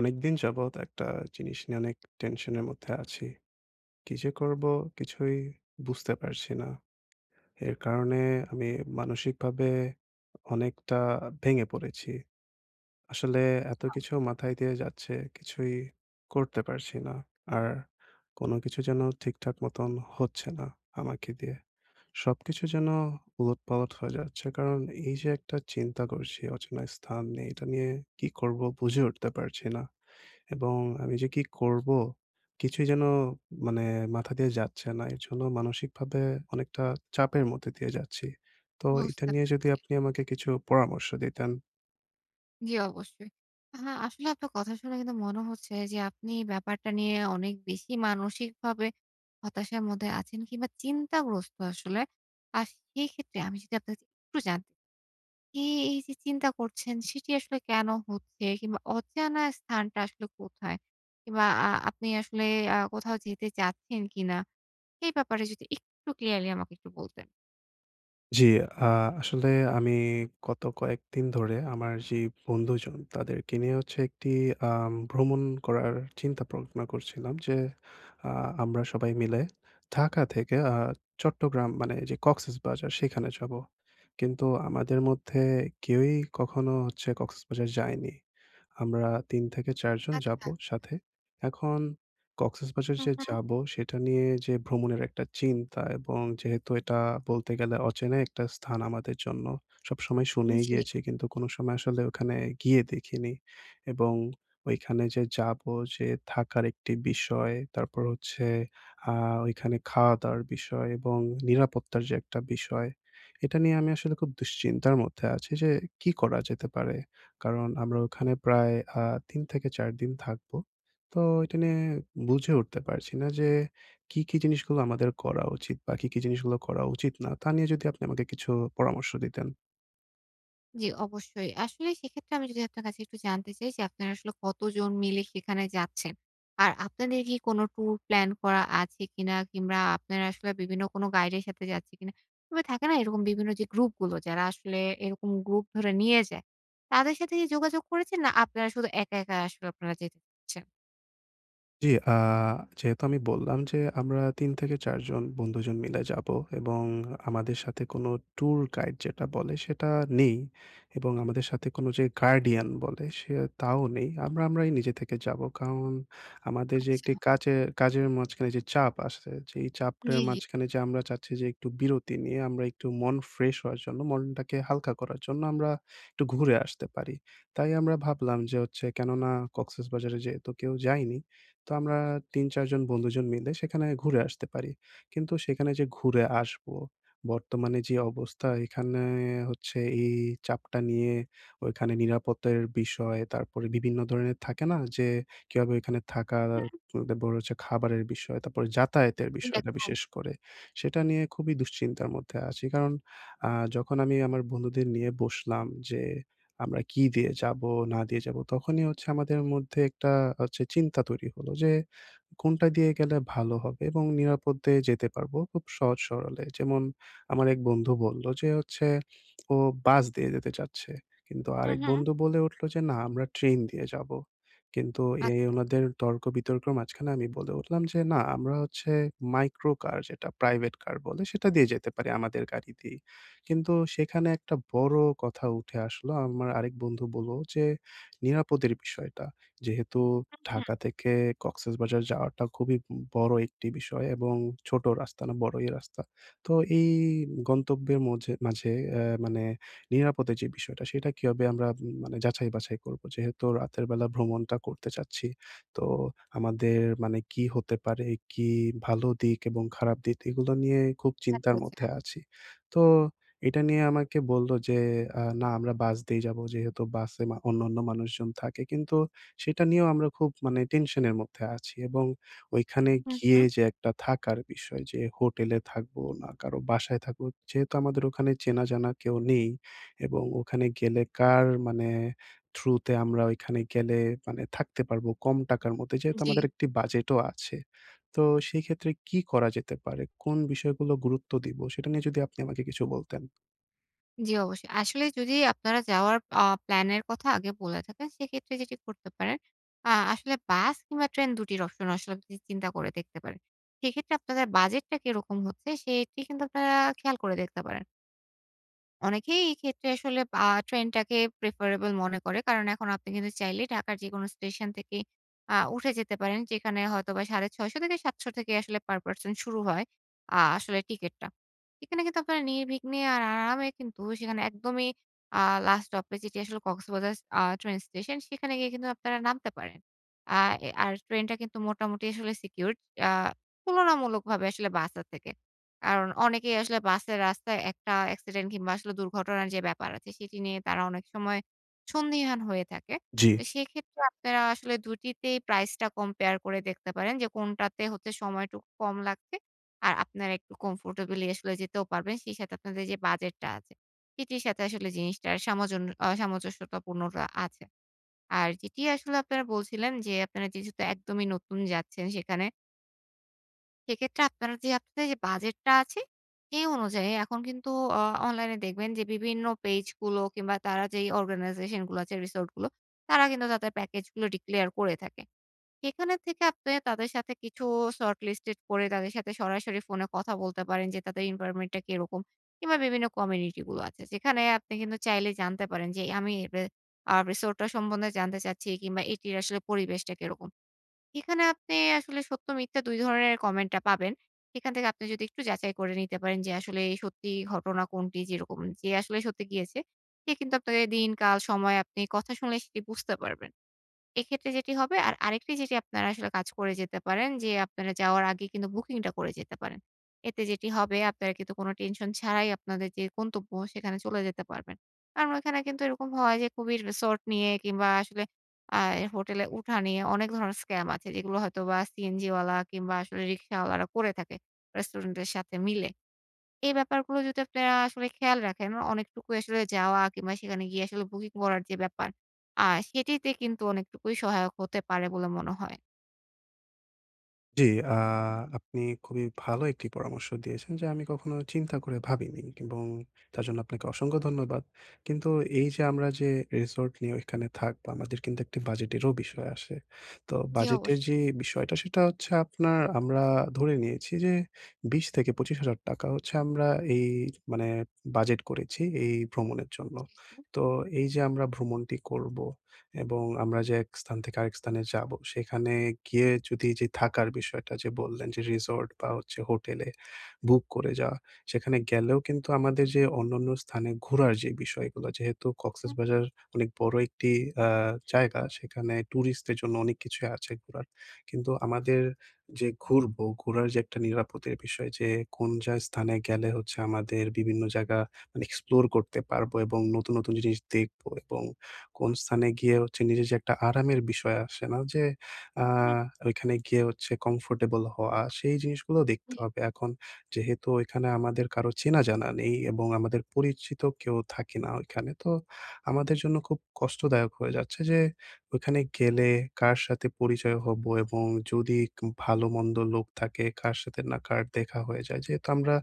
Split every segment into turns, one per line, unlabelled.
অনেকদিন যাবৎ একটা জিনিস নিয়ে অনেক টেনশনের মধ্যে আছি। কি যে করব কিছুই বুঝতে পারছি না। এর কারণে আমি মানসিকভাবে অনেকটা ভেঙে পড়েছি। আসলে এত কিছু মাথায় দিয়ে যাচ্ছে, কিছুই করতে পারছি না। আর কোনো কিছু যেন ঠিকঠাক মতন হচ্ছে না আমাকে দিয়ে। সবকিছু যেন উলটপালট হয়ে যাচ্ছে। কারণ এই যে একটা চিন্তা করছি অচেনা স্থান নিয়ে, এটা নিয়ে কি করব বুঝে উঠতে পারছি না। এবং আমি যে কি করব? কিছুই যেন মানে মাথা দিয়ে যাচ্ছে না। এর জন্য মানসিকভাবে অনেকটা চাপের মধ্যে দিয়ে যাচ্ছি। তো এটা
বুঝতে
নিয়ে যদি
পারছি।
আপনি আমাকে কিছু পরামর্শ দিতেন।
জি, অবশ্যই। হ্যাঁ, আসলে আপনার কথা শুনে কিন্তু মনে হচ্ছে যে আপনি ব্যাপারটা নিয়ে অনেক বেশি মানসিকভাবে হতাশার মধ্যে আছেন কিংবা চিন্তাগ্রস্ত আসলে। আর সেক্ষেত্রে আমি যদি আপনার কাছে একটু জানতে চাই, এই যে চিন্তা করছেন সেটি আসলে কেন হচ্ছে কিংবা অজানা স্থানটা আসলে কোথায়? কিংবা আপনি আসলে কোথাও যেতে চাচ্ছেন কিনা? এই ব্যাপারে যদি একটু ক্লিয়ারলি আমাকে একটু বলতেন।
জি, আ আসলে আমি গত কয়েকদিন ধরে আমার যে বন্ধুজন তাদেরকে নিয়ে হচ্ছে একটি ভ্রমণ করার চিন্তা ভাবনা করছিলাম যে আ আমরা সবাই মিলে ঢাকা থেকে চট্টগ্রাম মানে যে কক্সবাজার সেখানে যাবো। কিন্তু আমাদের মধ্যে কেউই কখনো হচ্ছে কক্সবাজার যায়নি। আমরা ৩ থেকে ৪ জন
আচ্ছা।
যাবো সাথে। এখন কক্সেসবাজার
হু,
যে
হু।
যাবো সেটা নিয়ে যে ভ্রমণের একটা চিন্তা, এবং যেহেতু এটা বলতে গেলে অচেনা একটা স্থান আমাদের জন্য। সবসময় শুনেই
জি।
গিয়েছি কিন্তু কোনো সময় আসলে ওখানে গিয়ে দেখিনি। এবং ওইখানে যে যাবো, যে থাকার একটি বিষয়, তারপর হচ্ছে আ ওইখানে খাওয়া-দাওয়ার বিষয় এবং নিরাপত্তার যে একটা বিষয়, এটা নিয়ে আমি আসলে খুব দুশ্চিন্তার মধ্যে আছি যে কি করা যেতে পারে? কারণ আমরা ওখানে প্রায় আ ৩ থেকে ৪ দিন থাকবো। তো এটা নিয়ে বুঝে উঠতে পারছি না যে কি, কি জিনিসগুলো আমাদের করা উচিত বা কি, কি জিনিসগুলো করা উচিত না, তা নিয়ে যদি আপনি আমাকে কিছু পরামর্শ দিতেন।
জি, অবশ্যই। আসলে সেক্ষেত্রে আমি যদি আপনার কাছে একটু জানতে চাই যে, আপনারা আসলে কতজন মিলে সেখানে যাচ্ছেন? আর আপনাদের কি কোনো ট্যুর প্ল্যান করা আছে কিনা? কিংবা আপনারা আসলে বিভিন্ন কোনো গাইডের সাথে যাচ্ছে কিনা? কিংবা থাকে না এরকম বিভিন্ন যে গ্রুপগুলো যারা আসলে এরকম গ্রুপ ধরে নিয়ে যায়, তাদের সাথে কি যোগাযোগ করেছেন? না আপনারা শুধু একা আসলে আপনারা যেতে চাচ্ছেন?
জি, যেহেতু আমি বললাম যে আমরা ৩ থেকে ৪ জন বন্ধুজন মিলে যাবো এবং আমাদের সাথে কোনো ট্যুর গাইড যেটা বলে সেটা নেই, এবং আমাদের সাথে কোনো যে গার্ডিয়ান বলে সে তাও নেই। আমরাই নিজে থেকে যাবো। কারণ আমাদের যে
আচ্ছা।
একটি কাজের কাজের মাঝখানে যে চাপ আসে, যেই চাপটার
জি, জি।
মাঝখানে যে আমরা চাচ্ছি যে একটু বিরতি নিয়ে আমরা একটু মন ফ্রেশ হওয়ার জন্য, মনটাকে হালকা করার জন্য আমরা একটু ঘুরে আসতে পারি। তাই আমরা ভাবলাম যে হচ্ছে কেননা কক্সবাজারে যেহেতু কেউ যায়নি, তো আমরা ৩-৪ জন বন্ধুজন মিলে সেখানে ঘুরে আসতে পারি। কিন্তু সেখানে যে ঘুরে আসবো, বর্তমানে যে অবস্থা এখানে হচ্ছে এই চাপটা নিয়ে ওইখানে নিরাপত্তার বিষয়, তারপরে বিভিন্ন ধরনের থাকে না যে কিভাবে ওইখানে থাকা, তারপর হচ্ছে খাবারের বিষয়, তারপরে যাতায়াতের
জি,
বিষয়টা
একদম।
বিশেষ করে। সেটা নিয়ে খুবই দুশ্চিন্তার মধ্যে আছি। কারণ আ যখন আমি আমার বন্ধুদের নিয়ে বসলাম যে আমরা কি দিয়ে যাব, না দিয়ে যাব, তখনই হচ্ছে আমাদের মধ্যে একটা হচ্ছে চিন্তা তৈরি হলো যে কোনটা দিয়ে গেলে ভালো হবে এবং নিরাপদে যেতে পারবো খুব সহজ সরলে। যেমন আমার এক বন্ধু বলল যে হচ্ছে ও বাস দিয়ে যেতে চাচ্ছে। কিন্তু
হু,
আরেক
হু।
বন্ধু বলে উঠল যে, "না, আমরা ট্রেন দিয়ে যাবো।" কিন্তু এই
আচ্ছা।
ওনাদের তর্ক-বিতর্কের মাঝখানে আমি বলে উঠলাম যে, "না, আমরা হচ্ছে মাইক্রো কার, যেটা প্রাইভেট কার বলে, সেটা দিয়ে যেতে পারি আমাদের গাড়ি দিয়েই।" কিন্তু সেখানে একটা বড় কথা উঠে আসলো। আমার আরেক বন্ধু বলল যে, "নিরাপদের বিষয়টা।" যেহেতু
হুম।
ঢাকা থেকে কক্সেসবাজার যাওয়াটা খুবই বড় একটি বিষয় এবং ছোট রাস্তা না, বড়ই রাস্তা। তো এই গন্তব্যের মঝে মাঝে মানে নিরাপত্তার যে বিষয়টা সেটা কিভাবে আমরা মানে যাচাই বাছাই করব? যেহেতু রাতের বেলা ভ্রমণটা করতে চাচ্ছি। তো আমাদের মানে কি হতে পারে, কি ভালো দিক এবং খারাপ দিক এগুলো নিয়ে খুব
আচ্ছা,
চিন্তার
আচ্ছা।
মধ্যে আছি। তো এটা নিয়ে আমাকে বলল যে, "না, আমরা বাস দিয়েই যাব।" যেহেতু বাসে অন্যান্য মানুষজন থাকে। কিন্তু সেটা নিয়েও আমরা খুব মানে টেনশনের মধ্যে আছি এবং ওইখানে
হু, হু।
গিয়ে যে একটা থাকার বিষয় যে হোটেলে থাকবো না কারো বাসায় থাকবো। যেহেতু আমাদের ওখানে চেনা জানা কেউ নেই এবং ওখানে গেলে কার মানে থ্রুতে আমরা ওইখানে গেলে মানে থাকতে পারবো কম টাকার মধ্যে। যেহেতু
জি।
আমাদের একটি বাজেটও আছে। তো সেই ক্ষেত্রে কি করা যেতে পারে? কোন বিষয়গুলো গুরুত্ব দিব? সেটা নিয়ে যদি আপনি আমাকে কিছু বলতেন।
জি, অবশ্যই। আসলে যদি আপনারা যাওয়ার প্ল্যান এর কথা আগে বলে থাকেন, সেক্ষেত্রে যেটি করতে পারেন, আসলে বাস কিংবা ট্রেন ২ টির অপশন আসলে আপনি চিন্তা করে দেখতে পারেন। সেক্ষেত্রে আপনাদের বাজেটটা কিরকম হচ্ছে, সেটি কিন্তু আপনারা খেয়াল করে দেখতে পারেন। অনেকেই এই ক্ষেত্রে আসলে ট্রেনটাকে প্রেফারেবল মনে করে। কারণ এখন আপনি কিন্তু চাইলেই ঢাকার যেকোনো স্টেশন থেকে উঠে যেতে পারেন। যেখানে হয়তোবা ৬৫০ থেকে ৭০০ থেকে আসলে পার পারসন শুরু হয় আসলে টিকেটটা। এখানে কিন্তু আপনারা নির্বিঘ্নে আর আরামে কিন্তু সেখানে একদমই আ লাস্ট স্টপেজ যেটি আসলে কক্সবাজার ট্রেন স্টেশন সেখানে গিয়ে কিন্তু আপনারা নামতে পারেন। আ এ আর ট্রেনটা কিন্তু মোটামুটি আসলে সিকিউরড আ তুলনামূলকভাবে আসলে বাসের থেকে। কারণ অনেকেই আসলে বাসের রাস্তায় একটা অ্যাক্সিডেন্ট কিংবা আসলে দুর্ঘটনার যে ব্যাপার আছে সেটি নিয়ে তারা অনেক সময় সন্দিহান হয়ে থাকে।
জি।
তো সেক্ষেত্রে আপনারা আসলে ২ টিতেই প্রাইসটা কম্পেয়ার করে দেখতে পারেন যে কোনটাতে হচ্ছে সময়টুকু কম লাগছে। আর আপনারা একটু কমফোর্টেবলি আসলে যেতেও পারবেন। সেই সাথে আপনাদের যে বাজেটটা আছে সেটির সাথে আসলে জিনিসটার সামঞ্জন আ সামঞ্জস্যতাপূর্ণতা আছে। আর যেটি আসলে আপনারা বলছিলেন যে আপনারা যেহেতু একদমই নতুন যাচ্ছেন সেখানে সেক্ষেত্রে আপনারা যে আপনাদের যে বাজেটটা আছে, সেই অনুযায়ী এখন কিন্তু অ অনলাইনে দেখবেন যে বিভিন্ন পেজগুলো কিংবা তারা যেই অর্গানাইজেশনগুলো আছে, রিসোর্টগুলো, তারা কিন্তু তাদের প্যাকেজগুলো ডিক্লেয়ার করে থাকে। সেখানে থেকে আপনি তাদের সাথে কিছু শর্ট লিস্টেড করে তাদের সাথে সরাসরি ফোনে কথা বলতে পারেন যে তাদের এনভায়রনমেন্টটা কিরকম? কিংবা বিভিন্ন কমিউনিটিগুলো আছে। যেখানে আপনি কিন্তু চাইলে জানতে পারেন যে আমি রে আ রিসোর্টটা সম্বন্ধে জানতে চাচ্ছি কিংবা এটির আসলে পরিবেশটা কিরকম? এখানে আপনি আসলে সত্য মিথ্যা ২ ধরনের কমেন্টটা পাবেন। সেখান থেকে আপনি যদি একটু যাচাই করে নিতে পারেন যে আসলে এই সত্যি ঘটনা কোনটি যেরকম যে আসলে সত্যি গিয়েছে সে কিন্তু আপনাকে দিন, কাল, সময় আপনি কথা শুনলে সেটি বুঝতে পারবেন। এক্ষেত্রে যেটি হবে আর আরেকটি যেটি আপনারা আসলে কাজ করে যেতে পারেন যে আপনারা যাওয়ার আগে কিন্তু বুকিংটা করে যেতে পারেন। এতে যেটি হবে আপনারা কিন্তু কোনো টেনশন ছাড়াই আপনাদের যে গন্তব্য সেখানে চলে যেতে পারবেন। কারণ ওইখানে কিন্তু এরকম হয় যে খুবই রিসোর্ট নিয়ে কিংবা আসলে আ হোটেলে উঠা নিয়ে অনেক ধরনের স্ক্যাম আছে যেগুলো হয়তোবা সিএনজি ওয়ালা কিংবা আসলে রিক্শাওয়ালারা করে থাকে রেস্টুরেন্টের সাথে মিলে। এই ব্যাপারগুলো যদি আপনারা আসলে খেয়াল রাখেন, অনেকটুকুই আসলে যাওয়া কিংবা সেখানে গিয়ে আসলে বুকিং করার যে ব্যাপার, আ সেটিতে কিন্তু অনেকটুকুই সহায়ক হতে পারে বলে মনে হয়।
জি, আ আপনি খুবই ভালো একটি পরামর্শ দিয়েছেন যা আমি কখনো চিন্তা করে ভাবিনি, এবং তার জন্য আপনাকে অসংখ্য ধন্যবাদ। কিন্তু এই যে আমরা যে রিসোর্ট নিয়ে ওইখানে থাকবো, আমাদের কিন্তু একটি বাজেটেরও বিষয় আসে। তো
জি,
বাজেটের যে
অবশ্যই।
বিষয়টা সেটা হচ্ছে আপনার আমরা ধরে নিয়েছি যে 20,000-25,000 টাকা হচ্ছে আমরা এই মানে বাজেট করেছি এই ভ্রমণের জন্য।
জি, জি।
তো এই যে আমরা ভ্রমণটি করব এবং আমরা যে এক স্থান থেকে আরেক স্থানে যাবো, সেখানে গিয়ে যদি যে থাকার বিষয়টা যে বললেন যে রিসোর্ট বা হচ্ছে হোটেলে বুক করে যাওয়া, সেখানে গেলেও কিন্তু আমাদের যে অন্যান্য স্থানে ঘোরার যে বিষয়গুলো, যেহেতু
হু,
কক্সবাজার অনেক বড় একটি আ জায়গা, সেখানে টুরিস্টদের জন্য অনেক কিছুই আছে ঘোরার। কিন্তু আমাদের যে ঘুরবো, ঘোরার যে একটা নিরাপত্তার বিষয় যে কোন যা স্থানে গেলে হচ্ছে আমাদের বিভিন্ন জায়গা মানে এক্সপ্লোর করতে পারবো এবং নতুন, নতুন জিনিস দেখবো, এবং কোন স্থানে গিয়ে হচ্ছে নিজের যে একটা আরামের বিষয় আসে না? যে আ
হু, হু।
ওইখানে গিয়ে হচ্ছে কমফোর্টেবল হওয়া, সেই জিনিসগুলো
জি।
দেখতে হবে। এখন যেহেতু ওইখানে আমাদের কারো চেনা-জানা নেই এবং আমাদের পরিচিত কেউ থাকি না ওইখানে। তো আমাদের জন্য খুব কষ্টদায়ক হয়ে যাচ্ছে যে ওইখানে গেলে কার সাথে পরিচয় হবো এবং যদি ভালো-মন্দ লোক থাকে কার সাথে না কার দেখা হয়ে যায়। যেহেতু আমরা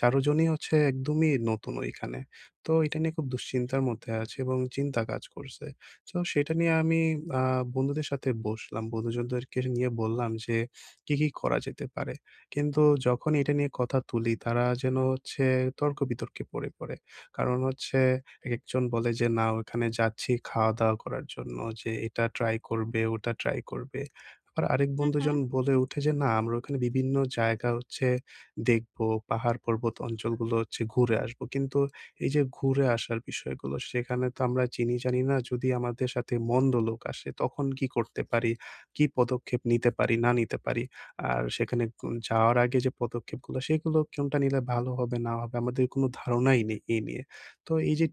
৪ জনই হচ্ছে একদমই নতুন ওইখানে। তো এটা নিয়ে খুব দুশ্চিন্তার মধ্যে আছি এবং চিন্তা কাজ করছে। তো সেটা নিয়ে আমি আ বন্ধুদের সাথে বসলাম। বন্ধুজনদেরকে নিয়ে বললাম যে কি, কি করা যেতে পারে। কিন্তু যখন এটা নিয়ে কথা তুলি তারা যেন হচ্ছে তর্ক-বিতর্কে পড়ে পড়ে। কারণ হচ্ছে একেকজন বলে যে, "না, ওখানে যাচ্ছি খাওয়া-দাওয়া করার জন্য, যে এটা ট্রাই করবে, ওটা ট্রাই করবে।" আবার আরেক
হু, হু।
বন্ধুজন বলে উঠে যে, "না, আমরা ওখানে বিভিন্ন জায়গা হচ্ছে দেখব, পাহাড়-পর্বত অঞ্চলগুলো হচ্ছে ঘুরে আসবো।" কিন্তু এই যে ঘুরে আসার বিষয়গুলো সেখানে তো আমরা চিনি জানি না, যদি আমাদের সাথে মন্দ লোক আসে তখন কি করতে পারি, কি পদক্ষেপ নিতে পারি না নিতে পারি। আর সেখানে যাওয়ার আগে যে পদক্ষেপগুলো সেগুলো কোনটা নিলে ভালো হবে না হবে আমাদের কোনো ধারণাই নেই এই নিয়ে। তো এই যে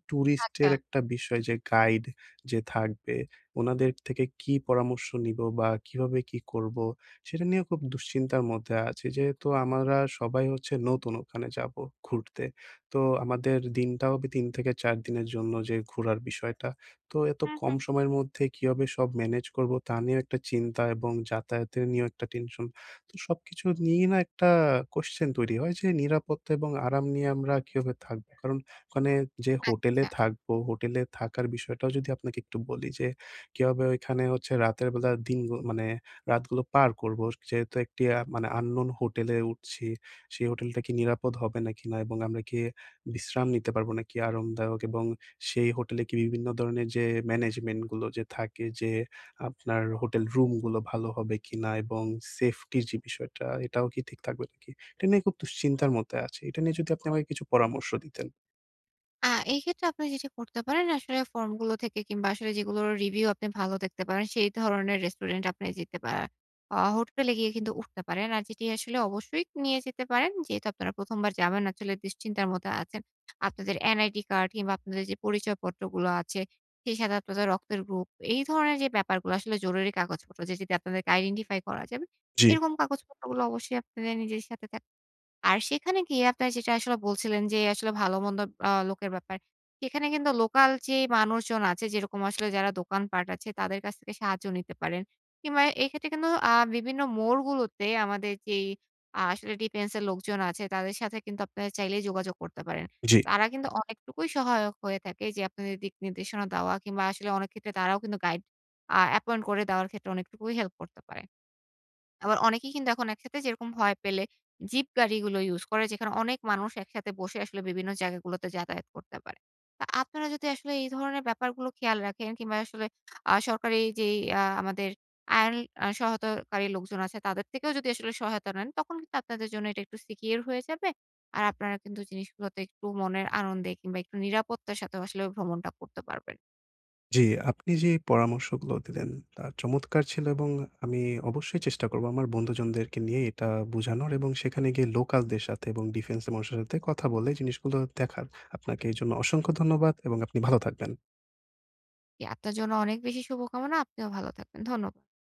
আচ্ছা।
টুরিস্টের একটা বিষয় যে গাইড যে থাকবে উনাদের থেকে কি পরামর্শ নিবো বা কিভাবে কি করবো সেটা নিয়ে খুব দুশ্চিন্তার মধ্যে আছি। যেহেতু আমরা সবাই হচ্ছে নতুন ওখানে যাবো ঘুরতে। তো আমাদের দিনটা হবে ৩ থেকে ৪ দিনের জন্য যে ঘোরার বিষয়টা। তো এত
হু, হু।
কম সময়ের মধ্যে কিভাবে সব ম্যানেজ করব, তা নিয়েও একটা চিন্তা, এবং যাতায়াতের নিয়েও একটা টেনশন। তো সবকিছু নিয়েই না একটা কোয়েশ্চেন তৈরি হয় যে নিরাপত্তা এবং আরাম নিয়ে আমরা কিভাবে থাকবো? কারণ ওখানে যে হোটেলে
আচ্ছা।
থাকবো, হোটেলে থাকার বিষয়টাও যদি আপনাকে একটু বলি যে কিভাবে ওইখানে হচ্ছে রাতের বেলা দিন গু মানে রাতগুলো পার করবো। যেহেতু একটি মানে unknown হোটেলে উঠছি, সেই হোটেলটা কি নিরাপদ হবে নাকি না, এবং আমরা কি বিশ্রাম নিতে পারবো নাকি আরামদায়ক, এবং সেই হোটেলে কি বিভিন্ন ধরনের যে ম্যানেজমেন্ট গুলো যে থাকে যে আপনার হোটেল রুম গুলো ভালো হবে কিনা, এবং সেফটি যে বিষয়টা এটাও কি ঠিক থাকবে নাকি? এটা নিয়ে খুব দুশ্চিন্তার মধ্যে আছি। এটা নিয়ে যদি আপনি আমাকে কিছু পরামর্শ দিতেন।
এক্ষেত্রে আপনি যেটা করতে পারেন আসলে ফর্মগুলো থেকে কিংবা আসলে যেগুলোর রিভিউ আপনি ভালো দেখতে পারেন সেই ধরনের রেস্টুরেন্ট আপনি যেতে পারেন। হোটেলে গিয়ে কিন্তু উঠতে পারেন। আর যেটি আসলে অবশ্যই নিয়ে যেতে পারেন। যেহেতু আপনারা ১ম বার যাবেন আসলে দুশ্চিন্তার মধ্যে আছেন। আপনাদের NID কার্ড কিংবা আপনাদের যে পরিচয়পত্রগুলো আছে, সেই সাথে আপনাদের রক্তের গ্রুপ, এই ধরনের যে ব্যাপারগুলো আসলে জরুরি কাগজপত্র যেটিতে আপনাদেরকে আইডেন্টিফাই করা যাবে।
জি,
এরকম কাগজপত্রগুলো অবশ্যই আপনাদের নিজের সাথে থাকা আর সেখানে গিয়ে আপনার যেটা আসলে বলছিলেন যে আসলে ভালো-মন্দ লোকের ব্যাপার। সেখানে কিন্তু লোকাল যে মানুষজন আছে যেরকম আসলে যারা দোকানপাট আছে তাদের কাছ থেকে সাহায্য নিতে পারেন। কিংবা এক্ষেত্রে কিন্তু বিভিন্ন মোড়গুলোতে আমাদের যেই আ আসলে ডিফেন্স এর লোকজন আছে তাদের সাথে কিন্তু আপনারা চাইলেই যোগাযোগ করতে পারেন।
জি।
তারা কিন্তু অনেকটুকুই সহায়ক হয়ে থাকে যে আপনাদের দিক নির্দেশনা দেওয়া কিংবা আসলে অনেক ক্ষেত্রে তারাও কিন্তু গাইড অ্যাপয়েন্ট করে দেওয়ার ক্ষেত্রে অনেকটুকুই হেল্প করতে পারে। আবার অনেকেই কিন্তু এখন একসাথে যেরকম ভয় পেলে জিপ গাড়িগুলো ইউজ করে, যেখানে অনেক মানুষ একসাথে বসে আসলে বিভিন্ন জায়গাগুলোতে যাতায়াত করতে পারে। তা আপনারা যদি আসলে এই ধরনের ব্যাপারগুলো খেয়াল রাখেন কিংবা আসলে সরকারি যেই আ আমাদের আইন সহায়তাকারী লোকজন আছে তাদের থেকেও যদি আসলে সহায়তা নেন, তখন কিন্তু আপনাদের জন্য এটা একটু সিকিউর হয়ে যাবে। আর আপনারা কিন্তু জিনিসগুলোতে একটু মনের আনন্দে কিংবা একটু নিরাপত্তার সাথেও আসলে ভ্রমণটা করতে পারবেন।
জি, আপনি যে পরামর্শগুলো দিলেন তা চমৎকার ছিল, এবং আমি অবশ্যই চেষ্টা করব আমার বন্ধুজনদেরকে নিয়ে এটা বোঝানোর এবং সেখানে গিয়ে লোকালদের সাথে এবং ডিফেন্সের মানুষের সাথে কথা বলে জিনিসগুলো দেখার। আপনাকে এজন্য অসংখ্য ধন্যবাদ এবং আপনি ভালো থাকবেন।
জি, আপনার জন্য অনেক বেশি শুভকামনা। আপনিও ভালো থাকবেন। ধন্যবাদ।